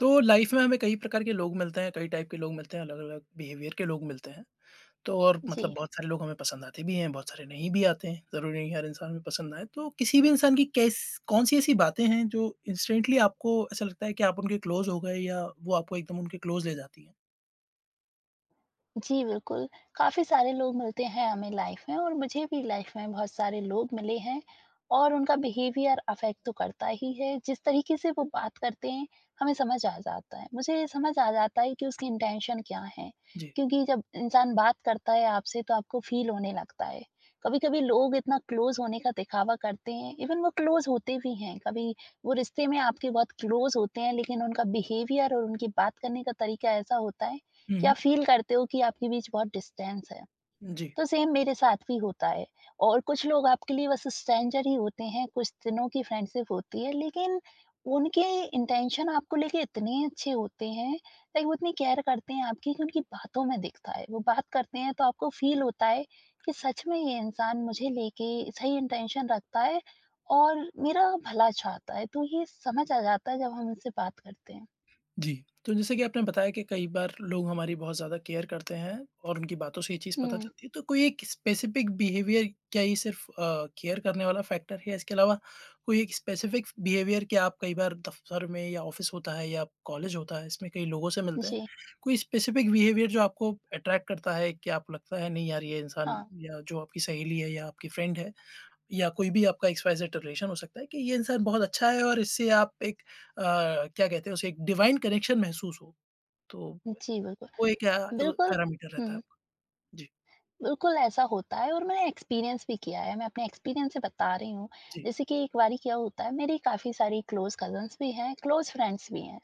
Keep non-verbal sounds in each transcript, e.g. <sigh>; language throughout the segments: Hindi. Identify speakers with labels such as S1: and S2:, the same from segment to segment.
S1: तो लाइफ में हमें कई प्रकार के लोग मिलते हैं, कई टाइप के लोग मिलते हैं, अलग-अलग बिहेवियर के लोग मिलते हैं। तो और मतलब
S2: जी,
S1: बहुत सारे लोग हमें पसंद आते भी हैं, बहुत सारे नहीं भी आते हैं। ज़रूरी नहीं हर इंसान हमें पसंद आए। तो किसी भी इंसान की कैस कौन-सी ऐसी बातें हैं जो इंस्टेंटली आपको ऐसा लगता है कि आप उनके क्लोज़ हो गए या वो आपको एकदम उनके क्लोज़ ले जाती हैं?
S2: जी, बिल्कुल। काफ़ी सारे लोग मिलते हैं हमें लाइफ़ में और मुझे भी लाइफ़ में बहुत सारे लोग मिले हैं, और उनका बिहेवियर अफ़ेक्ट तो करता ही है। जिस तरीके से वो बात करते हैं, हमें समझ आ जाता है। मुझे ये समझ आ जाता है कि उसकी इंटेंशन क्या है,
S1: जी।
S2: क्योंकि जब इंसान बात करता है आपसे तो आपको फ़ील होने लगता है। कभी-कभी लोग इतना क्लोज़ होने का दिखावा करते हैं, इवन वो क्लोज़ होते भी हैं। कभी वो रिश्ते में आपके बहुत क्लोज़ होते हैं, लेकिन उनका बिहेवियर और उनकी बात करने का तरीका ऐसा होता है,
S1: हुँ,
S2: या
S1: हुँ।
S2: फ़ील करते हो कि आपके बीच बहुत डिस्टेंस है।
S1: जी।
S2: तो सेम मेरे साथ भी होता है, और कुछ लोग आपके लिए बस स्ट्रेंजर ही होते हैं, कुछ दिनों की फ्रेंडशिप होती है, लेकिन उनके इंटेंशन आपको लेके इतने अच्छे होते हैं, लाइक वो इतनी केयर करते हैं आपकी कि उनकी बातों में दिखता है। वो बात करते हैं तो आपको फ़ील होता है कि सच में ये इंसान मुझे लेके सही इंटेंशन रखता है और मेरा भला चाहता है। तो ये समझ आ जाता है जब हम उनसे बात करते हैं।
S1: जी, तो जैसे कि आपने बताया कि कई बार लोग हमारी बहुत ज़्यादा केयर करते हैं और उनकी बातों से ये चीज़ पता
S2: हुँ,
S1: चलती है, तो कोई एक स्पेसिफ़िक बिहेवियर क्या ये सिर्फ़ केयर करने वाला फैक्टर है? इसके अलावा कोई एक स्पेसिफ़िक बिहेवियर क्या आप कई बार दफ़्तर में या ऑफ़िस होता है या कॉलेज होता है, इसमें कई लोगों से मिलते हैं,
S2: जी।
S1: कोई स्पेसिफ़िक बिहेवियर जो आपको अट्रैक्ट करता है, कि आपको लगता है नहीं यार ये इंसान
S2: हाँ,
S1: या जो आपकी सहेली है या आपकी फ्रेंड है, या कोई भी आपका एक्स-वाई-ज़ेड रिलेशन हो सकता है कि ये इंसान बहुत अच्छा है और इससे आप एक अ, क्या कहते हैं उसे एक डिवाइन कनेक्शन महसूस हो। तो
S2: जी बिल्कुल।
S1: वो एक
S2: बिल्कुल।
S1: पैरामीटर रहता है
S2: हुँ,
S1: आपका। जी,
S2: बिल्कुल ऐसा होता है और मैंने एक्सपीरियंस भी किया है। मैं अपने एक्सपीरियंस से बता रही हूँ।
S1: जी।
S2: जैसे कि एक बारी क्या होता है, मेरी काफ़ी सारी क्लोज़ कज़िन्स भी हैं, क्लोज़ फ्रेंड्स भी हैं।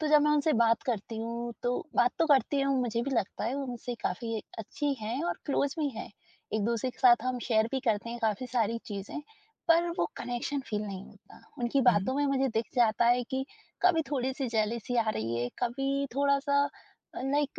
S2: तो जब मैं उनसे बात करती हूँ, तो बात तो करती हूँ, मुझे भी लगता है वो मुझसे काफ़ी अच्छी हैं और क्लोज़ भी हैं। एक-दूसरे के साथ हम शेयर भी करते हैं काफ़ी सारी चीज़ें, पर वो कनेक्शन फ़ील नहीं होता। उनकी
S1: हुँ, हुँ।
S2: बातों में मुझे दिख जाता है कि कभी थोड़ी-सी जेलसी आ रही है, कभी थोड़ा-सा लाइक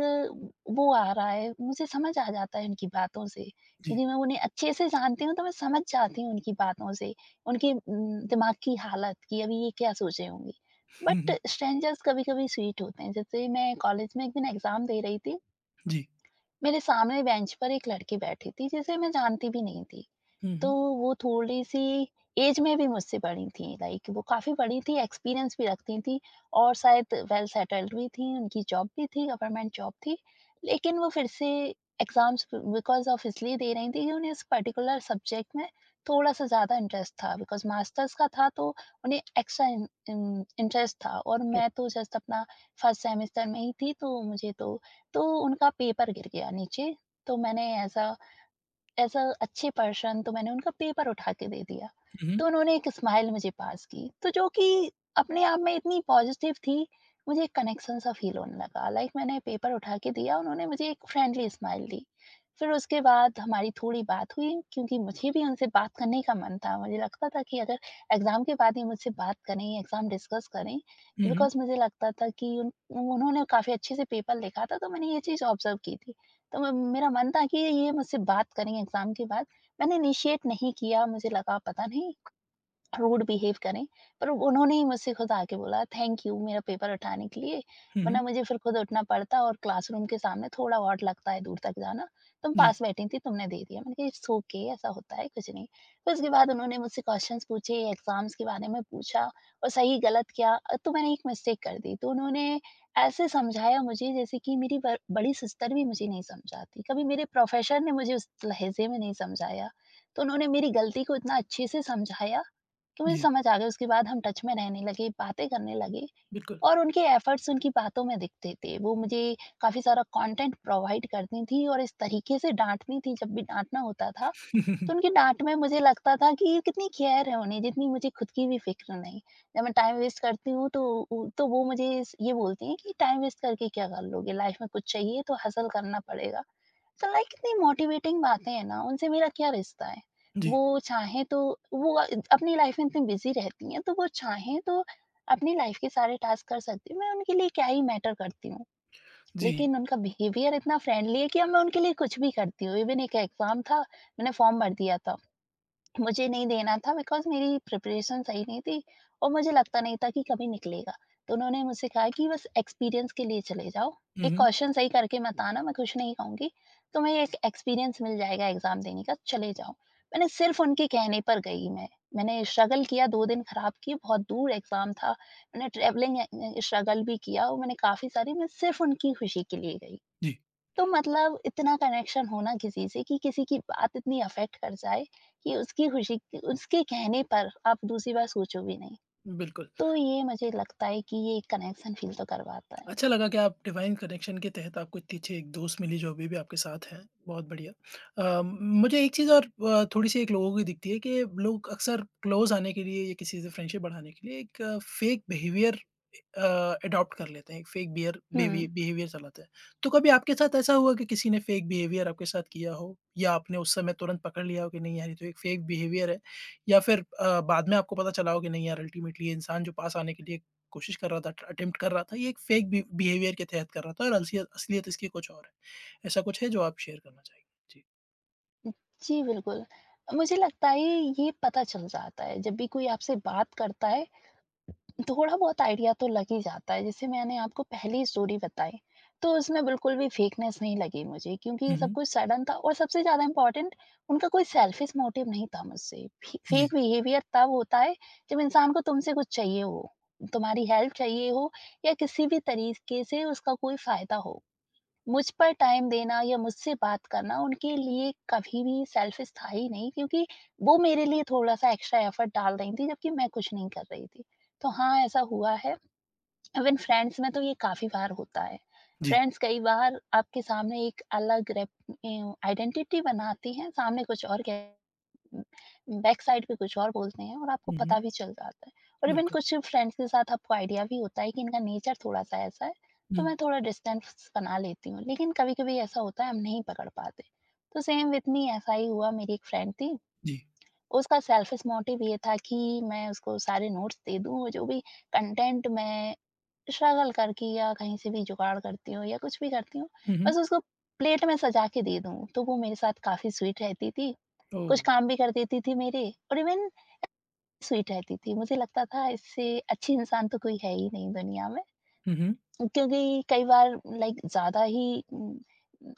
S2: वो आ रहा है। मुझे समझ आ जाता है उनकी बातों से,
S1: जी।
S2: क्योंकि मैं उन्हें अच्छे से जानती हूँ, तो मैं समझ जाती हूँ उनकी बातों से, उनके दिमाग की हालत कि अभी ये क्या सोचे होंगे।
S1: हुँ,
S2: बट
S1: हुँ।
S2: स्ट्रेंजर्स कभी-कभी स्वीट होते हैं। जैसे मैं कॉलेज में एक दिन एग्ज़ाम दे रही थी,
S1: जी।
S2: मेरे सामने बेंच पर एक लड़की बैठी थी जिसे मैं जानती भी नहीं थी।
S1: हुँ,
S2: तो
S1: हुँ।
S2: वो थोड़ी-सी ऐज में भी मुझसे बड़ी थीं, लाइक वो काफ़ी बड़ी थीं, एक्सपीरियंस भी रखती थीं और शायद वेल सेटल्ड भी थीं, उनकी जॉब भी थी, गवर्नमेंट जॉब थी। लेकिन वो फिर से एग्ज़ाम्स बिकॉज़ ऑफ इसलिए दे रही थीं कि उन्हें इस पर्टिकुलर सब्जेक्ट में थोड़ा-सा ज़्यादा इंटरेस्ट था, बिकॉज़ मास्टर्स का था, तो उन्हें एक्स्ट्रा इन इन इंटरेस्ट था, और मैं तो जस्ट अपना फर्स्ट सेमेस्टर में ही थी, तो मुझे तो उनका पेपर गिर गया नीचे, तो मैंने एज़ अ अच्छे पर्सन तो मैंने उनका पेपर उठा के दे दिया।
S1: हुँ, हुँ।
S2: तो उन्होंने एक स्माइल मुझे पास की, तो जो कि अपने आप में इतनी पॉज़िटिव थी, मुझे एक कनेक्शन सा फ़ील होने लगा। लाइक मैंने पेपर उठा के दिया, उन्होंने मुझे एक फ्रेंडली स्माइल दी। फिर उसके बाद हमारी थोड़ी बात हुई, क्योंकि मुझे भी उनसे बात करने का मन था। मुझे लगता था कि अगर एग्ज़ाम के बाद ये मुझसे बात करें, एग्ज़ाम डिस्कस करें,
S1: हुँ, हुँ।
S2: बिकॉज़ मुझे लगता था कि उन उन्होंने काफ़ी अच्छे से पेपर लिखा था, तो मैंने ये चीज़ ऑब्ज़र्व की थी। तो म मेरा मन था कि ये मुझसे बात करेंगे एग्ज़ाम के बाद। मैंने इनिशिएट नहीं किया, मुझे लगा पता नहीं, रूड बिहेव करें, पर उन्होंने ही मुझसे खुद आके बोला थैंक यू मेरा पेपर उठाने के लिए,
S1: हुँ,
S2: वरना
S1: हुँ।
S2: मुझे फिर खुद उठना पड़ता और क्लासरूम के सामने थोड़ा बहुत लगता है दूर तक जाना, तुम
S1: जी,
S2: पास बैठी थी तुमने दे दिया। मैंने कहा इट्स ओके, ऐसा होता है कुछ नहीं। फिर उसके बाद उन्होंने मुझसे क्वेश्चंस पूछे, एग्ज़ाम्स के बारे में पूछा और सही गलत क्या तो मैंने एक मिस्टेक कर दी, तो उन्होंने ऐसे समझाया मुझे जैसे कि मेरी ब बड़ी सिस्टर भी मुझे नहीं समझाती, कभी मेरे प्रोफ़ेसर ने मुझे उस लहज़े में नहीं समझाया, तो उन्होंने मेरी गलती को इतना अच्छे से समझाया। तो मुझे
S1: जी।
S2: समझ आ गया, उसके बाद हम टच में रहने लगे, बातें करने लगे।
S1: बिल्कुल।
S2: और उनके एफर्ट्स उनकी बातों में दिखते थे। वो मुझे काफ़ी सारा कंटेंट प्रोवाइड करती थी और इस तरीके से डाँटती थी जब भी डाँटना होता था, तो उनकी
S1: <laughs>
S2: डाँट में मुझे लगता था कि ये कितनी केयर है उन्हें, जितनी मुझे खुद की भी फ़िक्र नहीं। जब मैं टाइम वेस्ट करती हूँ तो उ तो वो मुझे स ये बोलती हैं कि टाइम वेस्ट करके क्या कर लोगे? लाइफ़ में कुछ चाहिए तो हसल करना पड़ेगा। तो लाइक इतनी मोटिवेटिंग बातें हैं ना, उनसे मेरा क्या रिश्ता है? वो
S1: जी,
S2: चाहें तो, वो अपनी लाइफ़ में इतनी बिज़ी रहती हैं, तो वो चाहें तो अपनी लाइफ़ के सारे टास्क कर सकती हैं, मैं उनके लिए क्या ही मैटर करती हूँ।
S1: जी।
S2: लेकिन उनका बिहेवियर इतना फ्रेंडली है कि अब मैं उनके लिए कुछ भी करती हूँ, इवन एक एग्ज़ाम था, मैंने फ़ॉर्म भर दिया था। मुझे नहीं देना था बिकॉज़ मेरी प्रिपरेशन सही नहीं थी और मुझे लगता नहीं था कि कभी निकलेगा। तो उन्होंने मुझसे कहा कि बस एक्सपीरियंस के लिए चले जाओ,
S1: हुँ,
S2: एक
S1: हुँ।
S2: क्वेश्चन सही करके मत आना, मैं कुछ नहीं कहूँगी, तुम्हें एक एक्सपीरियंस मिल जाएगा एग्ज़ाम देने का, चले जाओ। मैंने सिर्फ़ उनके कहने पर गई मैं। मैंने स्ट्रगल किया, 2 दिन ख़राब किए, बहुत दूर एग्ज़ाम था। मैंने ट्रैवलिंग स्ट्रगल भी किया, और मैंने काफ़ी सारी, मैं सिर्फ़ उनकी खुशी के लिए गई।
S1: जी।
S2: तो मतलब इतना कनेक्शन होना किसी से, कि किसी की बात इतनी अफ़ेक्ट कर जाए कि उसकी खुशी, उसके कहने पर आप दूसरी बार सोचो भी नहीं।
S1: बिल्कुल।
S2: तो ये मुझे लगता है कि ये कनेक्शन फ़ील तो करवाता है।
S1: अच्छा लगा कि आप डिवाइन कनेक्शन के तहत आपको इतनी अच्छी एक दोस्त मिली जो अभी भी आपके साथ हैं, बहुत बढ़िया। मुझे एक चीज़ और थोड़ी-सी एक लोगों की दिखती है कि लोग अक्सर क्लोज़ आने के लिए या किसी से फ्रेंडशिप बढ़ाने के लिए एक फेक बिहेवियर अडॉप्ट कर लेते हैं, एक फेक बियर बिहेवि
S2: हुँ,
S1: बिहेवियर चलाते हैं। तो कभी आपके साथ ऐसा हुआ कि किसी ने फेक बिहेवियर आपके साथ किया हो या आपने उस समय तुरंत पकड़ लिया हो कि नहीं यार ये तो एक फेक बिहेवियर है या फिर बाद में आपको पता चला हो कि नहीं यार अल्टीमेटली ये इंसान जो पास आने के लिए कोशिश कर रहा था, ट अटेम्प्ट कर रहा था, ये एक फेक बि बिहेवियर के तहत कर रहा था और असलियत असलियत इसकी कुछ और है। ऐसा कुछ है जो आप शेयर करना चाहेंगे? जी।
S2: जी बिल्कुल। मुझे लगता है ये पता चल जाता है, जब भी कोई आपसे बात करता है थोड़ा बहुत आइडिया तो लग ही जाता है। जैसे मैंने आपको पहली स्टोरी बताई, तो उसमें बिल्कुल भी फेकनेस नहीं लगी मुझे, क्योंकि
S1: हुँ,
S2: सब
S1: हुँ।
S2: कुछ सडन था और सबसे ज़्यादा इम्पोर्टेंट उनका कोई सेल्फिश मोटिव नहीं था मुझसे। फे
S1: जी,
S2: फेक बिहेवियर तब होता है जब इंसान को तुमसे कुछ चाहिए हो, तुम्हारी हेल्प चाहिए हो, या किसी भी तरीके से उसका कोई फ़ायदा हो। मुझ पर टाइम देना या मुझसे बात करना उनके लिए कभी भी सेल्फिश था ही नहीं, क्योंकि वो मेरे लिए थोड़ा-सा एक्स्ट्रा एफर्ट डाल रही थीं, जबकि मैं कुछ नहीं कर रही थी। तो हाँ, ऐसा हुआ है। इवन फ्रेंड्स में तो ये काफ़ी बार होता है।
S1: जी।
S2: फ्रेंड्स कई बार आपके सामने एक अलग आइडेंटिटी बनाती हैं, सामने कुछ और कह बैक साइड पे कुछ और बोलते हैं, और आपको
S1: हुँ,
S2: पता
S1: हुँ।
S2: भी चल जाता है। और इवन
S1: बिल्कुल।
S2: कुछ फ्रेंड्स के साथ आपको आइडिया भी होता है कि इनका नेचर थोड़ा सा ऐसा है,
S1: हुँ।
S2: तो मैं थोड़ा डिस्टेंस बना लेती हूँ, लेकिन कभी कभी ऐसा होता है हम नहीं पकड़ पाते। तो सेम विथ मी ऐसा ही हुआ, मेरी एक फ्रेंड थी।
S1: जी।
S2: उसका सेल्फिश मोटिव ये था कि मैं उसको सारे नोट्स दे दूँ, जो भी कंटेंट मैं स्ट्रगल करके या कहीं से भी जुगाड़ करती हूँ या कुछ भी करती हूँ,
S1: हुँ, हुँ।
S2: बस उसको प्लेट में सजा के दे दूँ, तो वो मेरे साथ काफ़ी स्वीट रहती थी,
S1: ओह!
S2: कुछ काम भी कर देती थी मेरे, और इवन स्वीट रहती थी। मुझे लगता था इससे अच्छी इंसान तो कोई है ही नहीं दुनिया में।
S1: हुँ, हुँ।
S2: क्योंकि कई बार लाइक ज़्यादा ही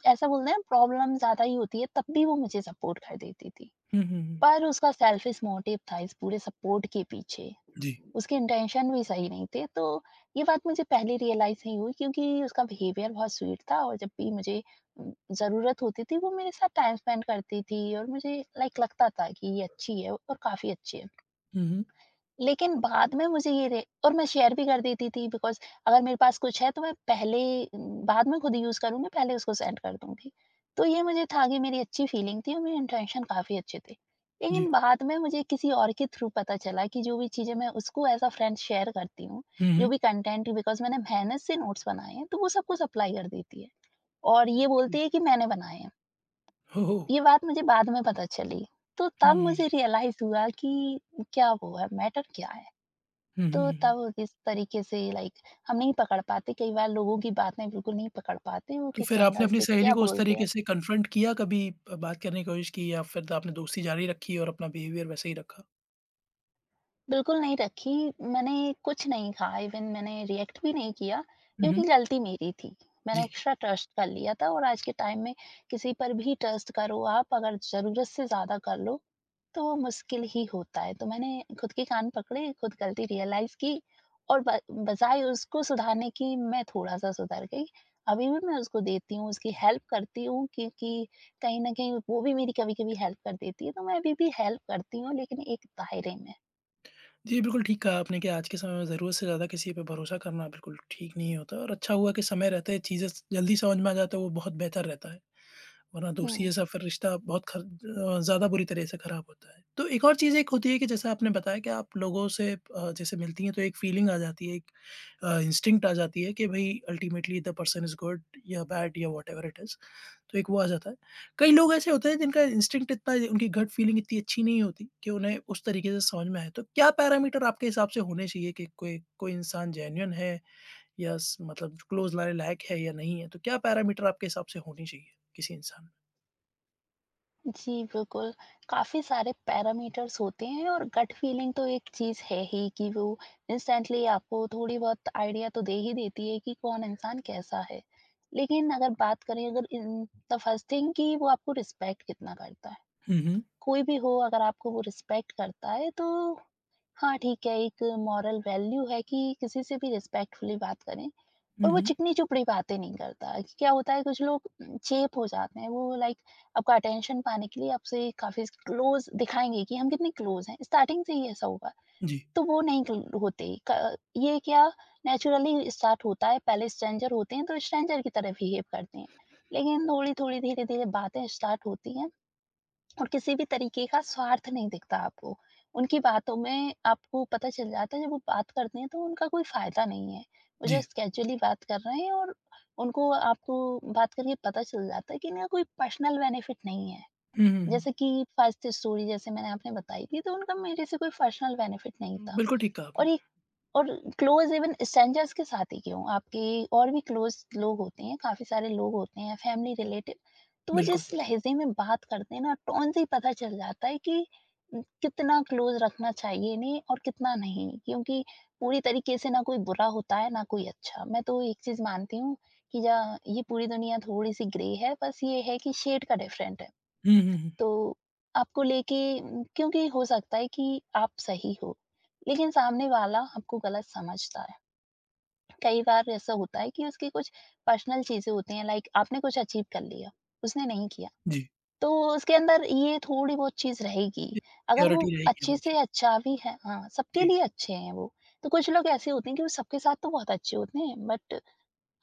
S2: ऐसा बोलते हैं ना, प्रॉब्लम ज़्यादा ही होती है, तब भी वो मुझे सपोर्ट कर देती थी।
S1: हुँ, हुँ, हुँ।
S2: पर उसका सेल्फिश मोटिव था इस पूरे सपोर्ट के पीछे।
S1: जी।
S2: उसकी इंटेंशन भी सही नहीं थे। तो ये बात मुझे पहले रियलाइज़ नहीं हुई, क्योंकि उसका बिहेवियर बहुत स्वीट था, और जब भी मुझे उम, ज़रूरत होती थी वो मेरे साथ टाइम स्पेंड करती थी और मुझे लाइक लगता था कि ये अच्छी है और काफ़ी अच्छी है।
S1: हुँ, हुँ।
S2: लेकिन बाद में मुझे ये रे और मैं शेयर भी कर देती थी बिकॉज़ अगर मेरे पास कुछ है तो मैं पहले न, बाद में खुद यूज़ करूँगी, पहले उसको सेंड कर दूँगी। तो ये मुझे था कि मेरी अच्छी फीलिंग थी और मेरे इंटेंशन काफ़ी अच्छे थे।
S1: जी।
S2: लेकिन बाद में मुझे किसी और के थ्रू पता चला कि जो भी चीज़ें मैं उसको एज़ अ फ्रेंड शेयर करती हूँ,
S1: हुँ,
S2: जो
S1: हुँ।
S2: भी कंटेंट बिकॉज़ मैंने मेहनत से नोट्स बनाए हैं, तो वो सबको सप्लाई कर देती है और ये
S1: जी।
S2: बोलती है कि मैंने बनाए हैं।
S1: ओह!
S2: ये बात मुझे बाद में पता चली। तो तब
S1: हुँ।
S2: मुझे रियलाइज़ हुआ कि क्या वो है, मैटर क्या है?
S1: हुँ, हुँ,
S2: तो
S1: हुँ, हुँ।
S2: तब इस तरीके से लाइक हम नहीं पकड़ पाते, कई बार लोगों की बातें बिल्कुल नहीं पकड़ पाते, वो
S1: तो
S2: किस
S1: फिर आपने
S2: एंगल
S1: अपनी
S2: से
S1: सहेली
S2: क्या
S1: को उस
S2: बोलते
S1: तरीके
S2: हैं।
S1: से कन्फ्रंट किया कभी, बात करने की कोशिश की या फिर आपने दोस्ती जारी रखी और अपना बिहेवियर वैसे ही रखा?
S2: बिल्कुल नहीं रखी, मैंने कुछ नहीं कहा, इवन मैंने रिएक्ट भी नहीं किया,
S1: हुँ,
S2: क्योंकि
S1: हुँ।
S2: गलती मेरी थी। मैंने
S1: जी।
S2: एक्स्ट्रा ट्रस्ट कर लिया था और आज के टाइम में किसी पर भी ट्रस्ट करो, आप अगर ज़रूरत से ज़्यादा कर लो, तो वो मुश्किल ही होता है। तो मैंने खुद के कान पकड़े, खुद गलती रियलाइज़ की और ब बजाए उसको सुधारने की मैं थोड़ा-सा सुधर गई। अभी भी मैं उसको देती हूँ, उसकी हेल्प करती हूँ क्योंकि कहीं न कहीं वो भी मेरी कभी-कभी हेल्प कर देती है, तो मैं अभी भी हेल्प करती हूँ लेकिन एक दायरे में।
S1: जी, बिल्कुल ठीक कहा आपने कि आज के समय में ज़रूरत से ज़्यादा किसी पे भरोसा करना बिल्कुल ठीक नहीं होता और अच्छा हुआ कि समय रहते चीज़ें स जल्दी समझ में आ जाता है, वो बहुत बेहतर रहता है। वरना दोस्ती
S2: हुँ।
S1: जैसा फिर रिश्ता बहुत ज़्यादा बुरी तरह से खराब होता है। तो एक और चीज़ एक होती है कि जैसे आपने बताया कि आप लोगों से जैसे मिलती हैं तो एक फ़ीलिंग आ जाती है, एक इंस्टिंक्ट आ जाती है कि भई ultimately the person is good या बैड या व्हाटएवर इट इज़। तो एक वो आ जाता है। कई लोग ऐसे होते हैं जिनका इंस्टिंक्ट इतना उनकी गट फीलिंग इतनी अच्छी नहीं होती कि उन्हें उस तरीके से समझ में आए। तो क्या पैरामीटर आपके हिसाब से होने चाहिए कि कोई कोई इंसान जेन्युइन है या स मतलब क्लोज़ लाने लायक है या नहीं है? तो क्या पैरामीटर आपके हिसाब से होने चाहिए किसी इंसान में?
S2: जी, बिल्कुल। काफ़ी सारे पैरामीटर्स होते हैं और गट फीलिंग तो एक चीज़ है ही कि वो इंस्टेंटली आपको थोड़ी-बहुत आइडिया तो दे ही देती है कि कौन इंसान कैसा है। लेकिन अगर बात करें, अगर इन द फर्स्ट थिंग कि वो आपको रिस्पेक्ट कितना करता है।
S1: हुँ, हुँ।
S2: कोई भी हो, अगर आपको वो रिस्पेक्ट करता है तो हाँ, ठीक है, एक मॉरल वैल्यू है कि किसी से भी रिस्पेक्टफुली बात करें
S1: हुँ,
S2: और वो
S1: हुँ।
S2: चिकनी-चुपड़ी बातें नहीं करता। कि क्या होता है, कुछ लोग चेप हो जाते हैं, वो लाइक आपका अटेंशन पाने के लिए आपसे काफ़ी क्लोज़ दिखाएँगे कि हम कितने क्लोज़ हैं। स्टार्टिंग से ही ऐसा होगा,
S1: जी,
S2: तो वो नहीं क्ल होते। क ये क्या नेचुरली स्टार्ट होता है, पहले स्ट्रेंजर होते हैं, तो स्ट्रेंजर की तरह बिहेव करते हैं। लेकिन थोड़ी-थोड़ी, धीरे-धीरे बातें स्टार्ट होती हैं और किसी भी तरीके का स्वार्थ नहीं दिखता आपको। उनकी बातों में आपको पता चल जाता है, जब वो बात करते हैं तो उनका कोई फ़ायदा नहीं है। वो
S1: जी।
S2: जस्ट कैज़ुअली बात कर रहे हैं और उनको आपको बात करके पता चल जाता है कि इनका कोई पर्सनल बेनिफिट नहीं है।
S1: हुँ, हुँ, हुँ।
S2: जैसे कि फर्स्ट स्टोरी जैसे मैंने आपने बताई थी, तो उनका मेरे से कोई पर्सनल बेनिफिट नहीं था।
S1: बिल्कुल ठीक कहा
S2: और
S1: आपने।
S2: ये और क्लोज इवन स्ट्रेंजर्स के साथ ही क्यों, आपके और भी क्लोज लोग होते हैं, काफ़ी सारे लोग होते हैं, फैमिली रिलेटिव, तो वो
S1: बिल्कुल।
S2: जिस लहज़े में बात करते हैं ना, टोन से ही पता चल जाता है कि कितना क्लोज रखना चाहिए इन्हें और कितना नहीं। क्योंकि पूरी तरीके से ना कोई बुरा होता है, ना कोई अच्छा। मैं तो एक चीज़ मानती हूँ कि जा ये पूरी दुनिया थोड़ी-सी ग्रे है, बस ये है कि शेड का डिफरेंट है।
S1: हुँ, हुँ, हुँ।
S2: तो आपको लेके क्योंकि हो सकता है कि आप सही हो, लेकिन सामने वाला आपको गलत समझता है। कई बार ऐसा होता है कि उसकी कुछ पर्सनल चीज़ें होती हैं, लाइक आपने कुछ अचीव कर लिया, उसने नहीं किया।
S1: जी।
S2: तो उसके अंदर ये थोड़ी बहुत चीज़ रहेगी। अगर वो
S1: सिक्योरिटी रहेगी
S2: अच्छे से
S1: हमेशा।
S2: अच्छा भी है, हाँ, सबके
S1: जी।
S2: लिए अच्छे हैं वो। तो कुछ लोग ऐसे होते हैं कि वो सबके साथ तो बहुत अच्छे होते हैं, बट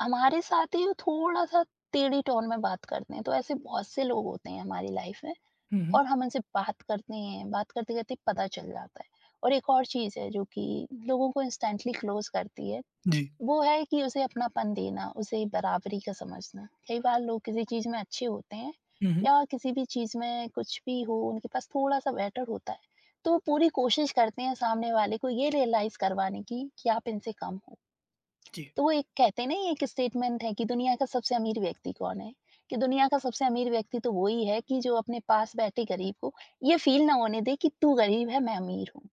S2: हमारे साथ ही वो थोड़ा-सा टेढ़ी टोन में बात करते हैं। तो ऐसे बहुत से लोग होते हैं हमारी लाइफ में।
S1: हुँ, हुँ।
S2: और हम उनसे बात करते हैं, बात करते-करते पता चल जाता है। और एक और चीज़ है जो कि लोगों को इंस्टेंटली क्लोज़ करती है,
S1: जी।
S2: वो है कि उसे अपनापन देना, उसे बराबरी का समझना। कई बार लोग किसी चीज़ में अच्छे होते हैं
S1: हुँ, हुँ।
S2: या किसी भी चीज़ में कुछ भी हो, उनके पास थोड़ा-सा बेटर होता है, तो वो पूरी कोशिश करते हैं सामने वाले को ये रियलाइज़ करवाने की कि आप इनसे कम हो।
S1: जी,
S2: तो वो एक कहते हैं ना, ये एक स्टेटमेंट है कि दुनिया का सबसे अमीर व्यक्ति कौन है? कि दुनिया का सबसे अमीर व्यक्ति तो वो ही है कि जो अपने पास बैठे गरीब को ये फ़ील ना होने दे कि तू गरीब है, मैं अमीर हूँ।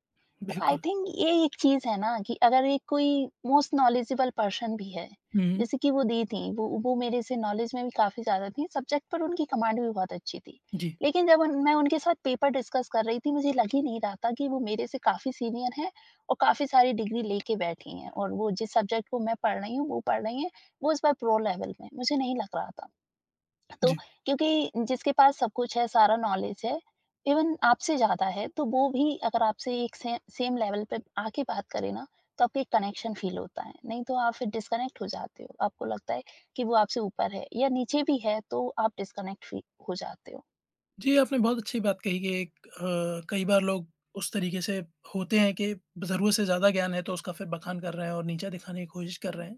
S2: तो आई
S1: बिल्कुल।
S2: थिंक ये एक चीज है ना कि अगर एक कोई मोस्ट नॉलेजेबल पर्सन भी है,
S1: हुँ, हुँ।
S2: जैसे कि वो दी थी, वो मेरे से नॉलेज में भी काफी ज्यादा थी, सब्जेक्ट पर उनकी कमांड भी बहुत अच्छी थी,
S1: जी।
S2: लेकिन जब मैं उनके साथ पेपर डिस्कस कर रही थी, मुझे लग ही नहीं रहा था कि वो मेरे से काफी सीनियर हैं और काफी सारी डिग्री लेके बैठी हैं और वो जिस सब्जेक्ट को मैं पढ़ रही हूँ वो पढ़ रही हैं। वो इस बार प्रो लेवल में मुझे नहीं लग रहा था, तो
S1: जी।
S2: क्योंकि जिसके पास सब कुछ है, सारा नॉलेज है, इवन आपसे ज़्यादा है, तो वो भी अगर आपसे एक से सेम लेवल पे आके बात करे ना, तो आपको एक कनेक्शन फ़ील होता है, नहीं तो आप फिर डिस्कनेक्ट हो जाते हो। आपको लगता है कि वो आपसे ऊपर है या नीचे भी है, तो आप डिस्कनेक्ट फ़ी हो जाते हो।
S1: जी, आपने बहुत अच्छी बात कही कि एक कई बार लोग उस तरीके से होते हैं कि ज़रूरत से ज़्यादा ज्ञान है तो उसका फिर बखान कर रहे हैं और नीचा दिखाने की कोशिश कर रहे हैं।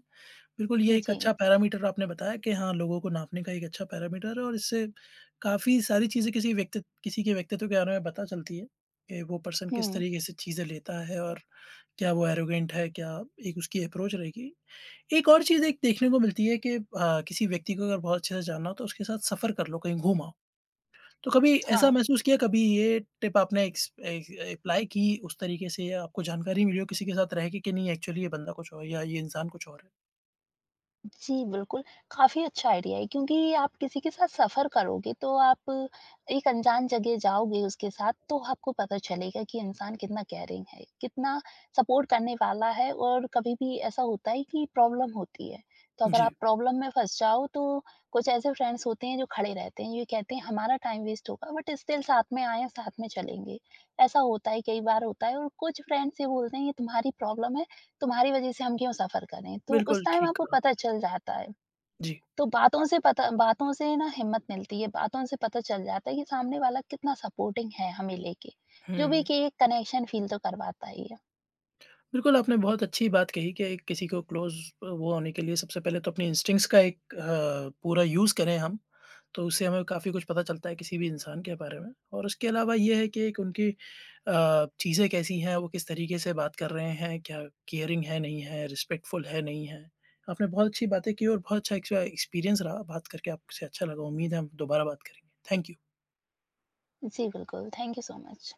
S1: बिल्कुल ये एक
S2: जी।
S1: अच्छा पैरामीटर आपने बताया कि हाँ, लोगों को नापने का एक अच्छा पैरामीटर है और इससे काफ़ी सारी चीज़ें किसी व्यक्ति किसी के व्यक्तित्व के बारे में पता चलती है कि वो पर्सन किस
S2: हुँ,
S1: तरीके से चीज़ें लेता है और क्या वो एरोगेंट है, क्या एक उसकी अप्रोच रहेगी। एक और चीज़ एक देखने को मिलती है कि किसी व्यक्ति को अगर बहुत अच्छे से जानना हो तो उसके साथ सफ़र कर लो, कहीं घूम आओ। तो कभी ऐसा
S2: हाँ।
S1: महसूस किया कभी ये टिप आपने एक्स ए अप्लाई की उस तरीके से या आपको जानकारी मिली हो किसी के साथ रह के कि नहीं एक्चुअली ये बंदा कुछ और है या ये इंसान कुछ और है?
S2: जी, बिल्कुल, काफ़ी अच्छा आइडिया है क्योंकि आप किसी के साथ सफ़र करोगे तो आप एक अनजान जगह जाओगे उसके साथ, तो आपको पता चलेगा कि इंसान कितना केयरिंग है, कितना सपोर्ट करने वाला है और कभी भी ऐसा होता है कि प्रॉब्लम होती है। तो अगर आप
S1: जी,
S2: प्रॉब्लम में फँस जाओ तो कुछ ऐसे फ्रेंड्स होते हैं जो खड़े रहते हैं, ये कहते हैं हमारा टाइम वेस्ट होगा बट स्टिल साथ में आए हैं, साथ में चलेंगे। ऐसा होता है, कई बार होता है और कुछ फ्रेंड्स ये बोलते हैं ये तुम्हारी प्रॉब्लम है, तुम्हारी वजह से हम क्यों सफ़र करें? तो उस
S1: बिल्कुल
S2: टाइम
S1: ठीक
S2: आपको
S1: कहा।
S2: पता चल जाता है।
S1: जी,
S2: तो बातों से ना हिम्मत मिलती है, बातों से पता चल जाता है कि सामने वाला कितना सपोर्टिंग है हमें लेके, जो भी
S1: हुँ।
S2: कि एक कनेक्शन फ़ील तो करवाता ही है।
S1: बिल्कुल आपने बहुत अच्छी बात कही कि किसी को क्लोज़ वो होने के लिए सबसे पहले तो अपने इंस्टिंक्ट्स का एक पूरा यूज़ करें हम, तो उससे हमें काफ़ी कुछ पता चलता है किसी भी इंसान के बारे में और उसके अलावा ये है कि एक उनकी चीज़ें कैसी हैं, वो किस तरीके से बात कर रहे हैं, क्या केयरिंग है, नहीं है, रिस्पेक्टफुल है, नहीं है। आपने बहुत अच्छी बातें की और बहुत अच्छा एक्सपीरियंस रहा, बात करके आपसे अच्छा लगा। उम्मीद है हम दोबारा बात करेंगे। Thank you.
S2: जी, बिल्कुल। Thank you so much.